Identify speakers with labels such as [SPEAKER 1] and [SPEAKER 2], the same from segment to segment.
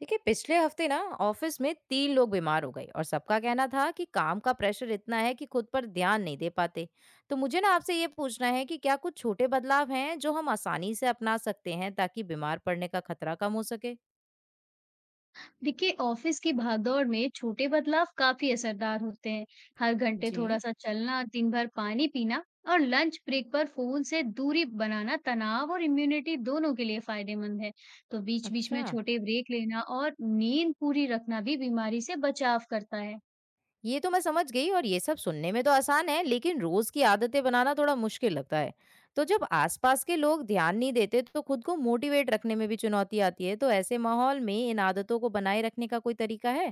[SPEAKER 1] देखिए, पिछले हफ्ते ना ऑफिस में तीन लोग बीमार हो गए और सबका कहना था कि काम का प्रेशर इतना है कि खुद पर ध्यान नहीं दे पाते। तो मुझे ना आपसे ये पूछना है कि क्या कुछ छोटे बदलाव हैं जो हम आसानी से अपना सकते हैं ताकि बीमार पड़ने का खतरा कम हो सके।
[SPEAKER 2] देखिए, ऑफिस की भागदौड़ में छोटे बदलाव काफी असरदार होते हैं। हर घंटे
[SPEAKER 1] जी।
[SPEAKER 2] थोड़ा सा चलना, दिन भर पानी पीना और लंच ब्रेक पर फोन से दूरी बनाना तनाव और इम्यूनिटी दोनों के लिए फायदेमंद है। तो बीच बीच
[SPEAKER 1] अच्छा,
[SPEAKER 2] में छोटे ब्रेक लेना और नींद पूरी रखना भी बीमारी से बचाव करता है।
[SPEAKER 1] ये तो मैं समझ गई और ये सब सुनने में तो आसान है, लेकिन रोज की आदतें बनाना थोड़ा मुश्किल लगता है। तो जब आसपास के लोग ध्यान नहीं देते तो खुद को मोटिवेट रखने में भी चुनौती आती है, तो ऐसे माहौल में इन आदतों को बनाए रखने का कोई तरीका है?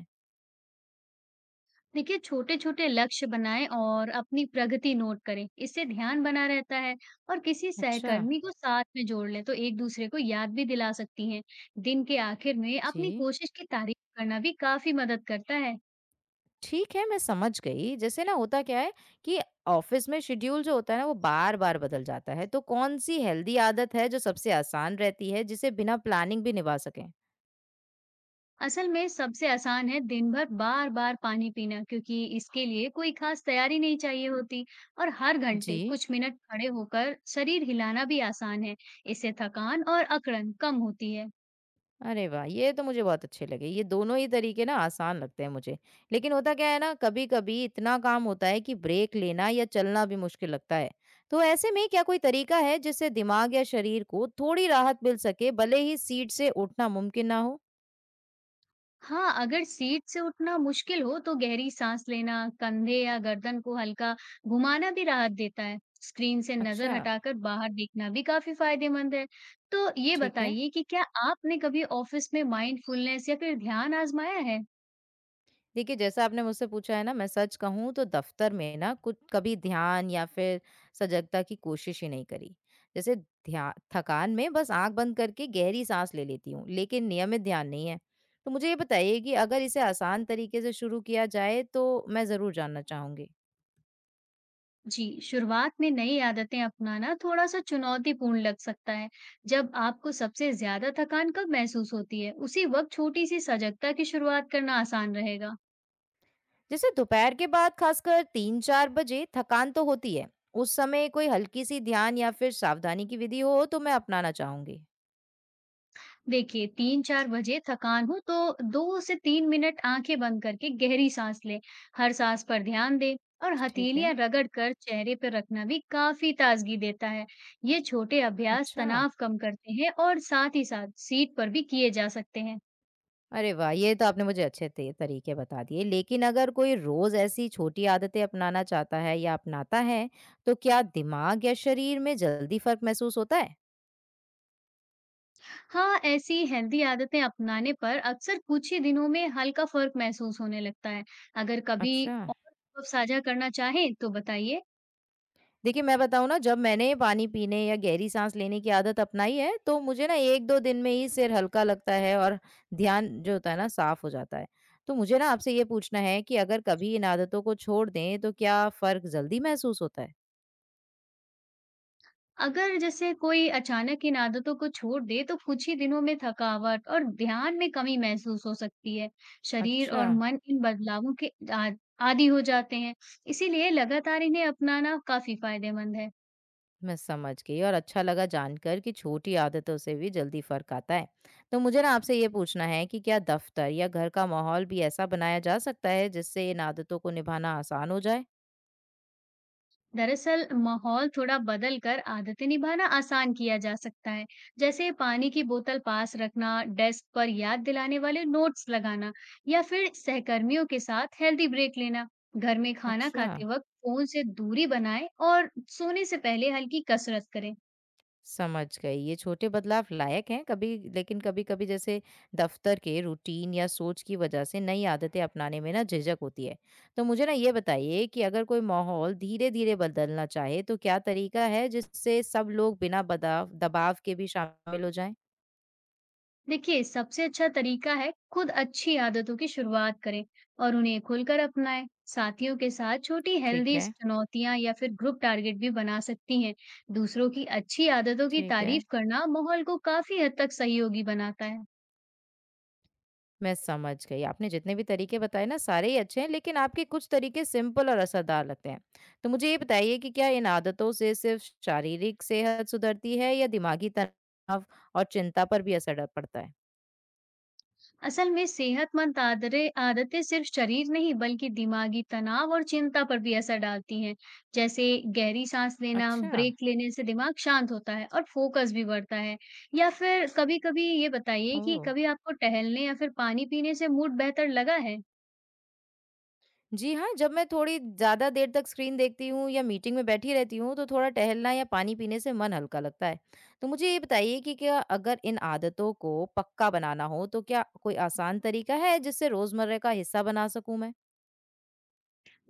[SPEAKER 2] देखिए, छोटे-छोटे लक्ष्य बनाएँ और अपनी प्रगति नोट करें। इससे ध्यान बना रहता है और किसी
[SPEAKER 1] अच्छा।
[SPEAKER 2] सहकर्मी को साथ में जोड़ लें, तो एक-दूसरे को याद भी दिला सकती हैं। दिन के आखिर में अपनी
[SPEAKER 1] जी,
[SPEAKER 2] कोशिश की तारीफ करना भी काफ़ी मदद करता है।
[SPEAKER 1] ठीक है, मैं समझ गई। जैसे ना होता क्या है कि ऑफ़िस में शेड्यूल जो होता है ना वो बार-बार बदल जाता है, तो कौन-सी हेल्दी आदत है जो सबसे आसान रहती है जिसे बिना प्लानिंग भी निभा सकें?
[SPEAKER 2] असल में सबसे आसान है दिन भर बार-बार पानी पीना, क्योंकि इसके लिए कोई खास तैयारी नहीं चाहिए होती। और हर
[SPEAKER 1] जी।
[SPEAKER 2] घंटे कुछ मिनट खड़े होकर शरीर हिलाना भी आसान है। इससे थकान और अकड़न कम होती है।
[SPEAKER 1] अरे वाह! ये तो मुझे बहुत अच्छे लगे। ये दोनों ही तरीके ना आसान लगते हैं मुझे। लेकिन होता क्या है ना, कभी-कभी इतना काम होता है कि ब्रेक लेना या चलना भी मुश्किल लगता है। तो ऐसे में क्या कोई तरीका है जिससे दिमाग या शरीर को थोड़ी राहत मिल सके, भले ही सीट से उठना मुमकिन ना हो?
[SPEAKER 2] हाँ, अगर सीट से उठना मुश्किल हो तो गहरी सांस लेना, कंधे या गर्दन को हल्का घुमाना भी राहत देता है। स्क्रीन से नजर
[SPEAKER 1] अच्छा,
[SPEAKER 2] हटाकर बाहर देखना भी काफी फायदेमंद है। तो ये
[SPEAKER 1] ठीक है।
[SPEAKER 2] बताइए कि क्या आपने कभी ऑफिस में माइंडफुलनेस या फिर ध्यान आजमाया है?
[SPEAKER 1] देखिए, जैसा आपने मुझसे पूछा है ना, मैं सच कहूँ तो दफ़्तर में ना कुछ कभी ध्यान या फिर सजगता की कोशिश ही नहीं करी। जैसे ध्या थकान में बस आँख बंद करके गहरी साँस ले लेती हूँ, लेकिन नियमित ध्यान नहीं है। तो मुझे ये बताइए कि अगर इसे आसान तरीके से शुरू किया जाए, तो मैं ज़रूर जानना चाहूँगी।
[SPEAKER 2] जी, शुरुआत में नई आदतें अपनाना थोड़ा सा चुनौतीपूर्ण लग सकता है। जब आपको सबसे ज्यादा थकान कब महसूस होती है, उसी वक्त छोटी सी सजगता की शुरुआत करना आसान रहेगा।
[SPEAKER 1] जैसे दोपहर के बाद खासकर 3-4 बजे थकान तो होती है। उस समय कोई हल्की-सी ध्यान या फिर सावधानी की विधि हो, तो मैं अपनाना चाहूँगी।
[SPEAKER 2] देखिए, 3-4 बजे थकान हो तो 2 से 3 मिनट आंखें बंद करके गहरी सांस लें। हर सांस पर ध्यान दें और
[SPEAKER 1] ठीक है।
[SPEAKER 2] हथेलियां रगड़ कर चेहरे पर रखना भी काफी ताजगी देता है। ये छोटे अभ्यास
[SPEAKER 1] अच्छा।
[SPEAKER 2] तनाव कम करते हैं और साथ ही साथ सीट पर भी किए जा सकते हैं।
[SPEAKER 1] अरे वाह! ये तो आपने मुझे अच्छे ते तरीके बता दिए। लेकिन अगर कोई रोज़ ऐसी छोटी आदतें अपनाना चाहता है या अपनाता है, तो क्या दिमाग या शरीर में जल्दी फ़र्क महसूस होता है?
[SPEAKER 2] हाँ, ऐसी हेल्दी आदतें अपनाने पर अक्सर कुछ ही दिनों में हल्का फर्क महसूस होने लगता है। अगर कभी
[SPEAKER 1] अच्छा।
[SPEAKER 2] और अनुभव साझा करना चाहें तो बताइए।
[SPEAKER 1] देखिए, मैं बताऊँ ना जब मैंने पानी पीने या गहरी साँस लेने की आदत अपनाई है, तो मुझे ना 1-2 दिन में ही सिर हल्का लगता है और ध्यान जो होता है ना साफ़ हो जाता है। तो मुझे ना आपसे ये पूछना है कि अगर कभी इन आदतों को छोड़ दें, तो क्या फ़र्क जल्दी महसूस होता है?
[SPEAKER 2] अगर जैसे कोई अचानक इन आदतों को छोड़ दे तो कुछ ही दिनों में थकावट और ध्यान में कमी महसूस हो सकती है। शरीर
[SPEAKER 1] अच्छा।
[SPEAKER 2] और मन इन बदलावों के आदी हो जाते हैं। इसीलिए लगातार इन्हें अपनाना काफी फायदेमंद है।
[SPEAKER 1] मैं समझ गई और अच्छा लगा जानकर कि छोटी आदतों से भी जल्दी फर्क आता है। तो मुझे ना आपसे ये पूछना है कि क्या दफ्तर या घर का माहौल भी ऐसा बनाया जा सकता है जिससे इन आदतों को निभाना आसान हो जाए?
[SPEAKER 2] दरअसल माहौल थोड़ा बदल कर आदतें निभाना आसान किया जा सकता है। जैसे पानी की बोतल पास रखना, डेस्क पर याद दिलाने वाले नोट्स लगाना या फिर सहकर्मियों के साथ हेल्दी ब्रेक लेना। घर में खाना
[SPEAKER 1] अच्छा,
[SPEAKER 2] खाते वक्त फोन से दूरी बनाएं और सोने से पहले हल्की कसरत करें।
[SPEAKER 1] समझ गई। ये छोटे बदलाव लायक हैं। कभी लेकिन कभी-कभी जैसे दफ्तर के रूटीन या सोच की वजह से नई आदतें अपनाने में ना झिझक होती है। तो मुझे ना ये बताइए कि अगर कोई माहौल धीरे-धीरे बदलना चाहे तो क्या तरीका है जिससे सब लोग बिना बदाव दबाव के भी शामिल हो जाएं?
[SPEAKER 2] देखिए, सबसे अच्छा तरीका है खुद अच्छी आदतों की शुरुआत करें और उन्हें खुलकर अपनाएं। साथियों के साथ छोटी
[SPEAKER 1] ठीक
[SPEAKER 2] हेल्दी
[SPEAKER 1] है,
[SPEAKER 2] चुनौतियां या फिर ग्रुप टारगेट भी बना सकती हैं। दूसरों की अच्छी आदतों की
[SPEAKER 1] ठीक है।
[SPEAKER 2] तारीफ करना माहौल को काफी हद तक सहयोगी बनाता है।
[SPEAKER 1] मैं समझ गई। आपने जितने भी तरीके बताए ना सारे ही अच्छे हैं, लेकिन आपके कुछ तरीके सिंपल और असरदार लगते हैं। तो मुझे ये बताइए कि क्या इन आदतों से सिर्फ शारीरिक सेहत सुधरती है या दिमागी तनाव और चिंता पर भी असर पड़ता है?
[SPEAKER 2] असल में सेहतमंद आदतें आदतें सिर्फ शरीर नहीं, बल्कि दिमागी तनाव और चिंता पर भी असर डालती हैं। जैसे गहरी सांस लेना,
[SPEAKER 1] अच्छा।
[SPEAKER 2] ब्रेक लेने से दिमाग शांत होता है और फोकस भी बढ़ता है। या फिर कभी-कभी ये बताइए कि
[SPEAKER 1] ओह!
[SPEAKER 2] कभी आपको टहलने या फिर पानी पीने से मूड बेहतर लगा है।
[SPEAKER 1] जी हाँ, जब मैं थोड़ी ज़्यादा देर तक स्क्रीन देखती हूँ या मीटिंग में बैठी रहती हूँ, तो थोड़ा टहलना या पानी पीने से मन हल्का लगता है। तो मुझे ये बताइए कि क्या, अगर इन आदतों को पक्का बनाना हो, तो क्या कोई आसान तरीका है जिससे रोज़मर्रा का हिस्सा बना सकूँ मैं?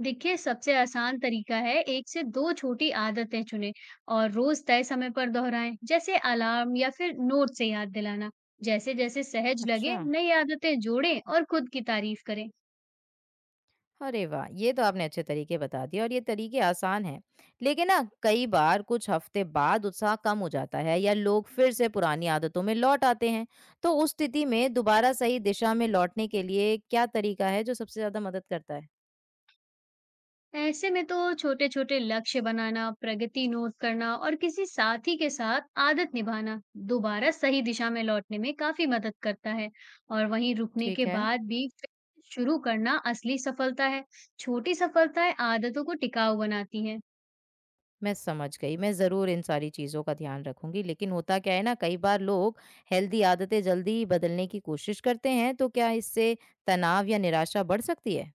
[SPEAKER 2] देखिए, सबसे आसान तरीका है एक से दो छोटी आदतें चुनें और रोज तय समय पर दोहराएं। जैसे अलार्म या फिर नोट से याद दिलाना। जैसे जैसे सहज
[SPEAKER 1] अच्छा।
[SPEAKER 2] लगे, नई आदतें जोड़ें और खुद की तारीफ करें।
[SPEAKER 1] अरे वाह! ये तो आपने अच्छे तरीके बता दिए और ये तरीके आसान हैं। लेकिन ना कई बार कुछ हफ्ते बाद उत्साह कम हो जाता है या लोग फिर से पुरानी आदतों में लौट आते हैं। तो उस स्थिति में दोबारा सही दिशा में लौटने के लिए क्या तरीका है जो सबसे ज़्यादा मदद करता है?
[SPEAKER 2] ऐसे में तो छोटे-छोटे लक्ष्य बनाना, प्रगति नोट करना और किसी साथी के साथ आदत निभाना दोबारा सही दिशा में लौटने में काफी मदद करता है। और वहीं रुकने
[SPEAKER 1] ठीक
[SPEAKER 2] के
[SPEAKER 1] है,
[SPEAKER 2] बाद भी फिर शुरू करना असली सफलता है। छोटी सफलताएं आदतों को टिकाऊ बनाती हैं।
[SPEAKER 1] मैं समझ गई। मैं ज़रूर इन सारी चीज़ों का ध्यान रखूँगी। लेकिन होता क्या है ना, कई बार लोग हेल्दी आदतें जल्दी बदलने की कोशिश करते हैं। तो क्या इससे तनाव या निराशा बढ़ सकती है?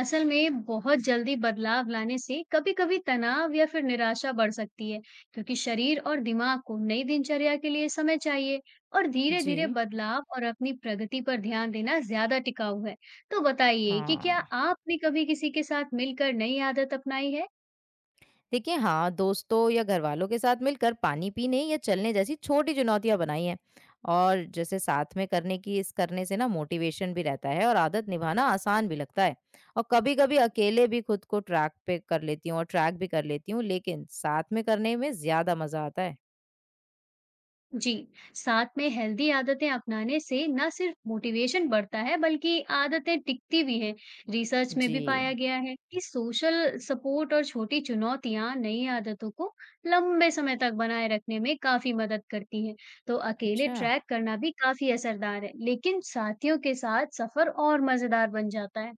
[SPEAKER 2] असल में बहुत जल्दी बदलाव लाने से कभी-कभी तनाव या फिर निराशा बढ़ सकती है, क्योंकि शरीर और दिमाग को नई दिनचर्या के लिए समय चाहिए। और धीरे-धीरे
[SPEAKER 1] जी,
[SPEAKER 2] बदलाव और अपनी प्रगति पर ध्यान देना ज्यादा टिकाऊ है। तो बताइए कि
[SPEAKER 1] हाँ।
[SPEAKER 2] क्या आपने कभी किसी के साथ मिलकर नई आदत अपनाई है?
[SPEAKER 1] देखिए, हाँ दोस्तों या घर वालों के साथ मिलकर पानी पीने या चलने जैसी छोटी चुनौतियां बनाई हैं और जैसे साथ में करने की इस करने से ना मोटिवेशन भी रहता है और आदत निभाना आसान भी लगता है। और कभी कभी अकेले भी खुद को ट्रैक पे कर लेती हूँ और ट्रैक भी कर लेती हूँ, लेकिन साथ में करने में ज्यादा मजा आता है।
[SPEAKER 2] जी, साथ में हेल्दी आदतें अपनाने से न सिर्फ मोटिवेशन बढ़ता है, बल्कि आदतें टिकती भी हैं। रिसर्च में
[SPEAKER 1] जी।
[SPEAKER 2] भी पाया गया है कि सोशल सपोर्ट और छोटी चुनौतियां नई आदतों को लंबे समय तक बनाए रखने में काफी मदद करती हैं। तो अकेले
[SPEAKER 1] अच्छा,
[SPEAKER 2] ट्रैक करना भी काफी असरदार है, लेकिन साथियों के साथ सफर और मजेदार बन जाता है।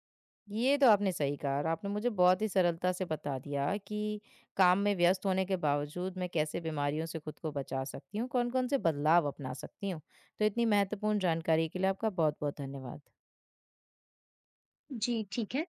[SPEAKER 1] ये तो आपने सही कहा और आपने मुझे बहुत ही सरलता से बता दिया कि काम में व्यस्त होने के बावजूद मैं कैसे बीमारियों से खुद को बचा सकती हूँ, कौन-कौन से बदलाव अपना सकती हूँ। तो इतनी महत्वपूर्ण जानकारी के लिए आपका बहुत-बहुत धन्यवाद।
[SPEAKER 2] जी, ठीक है।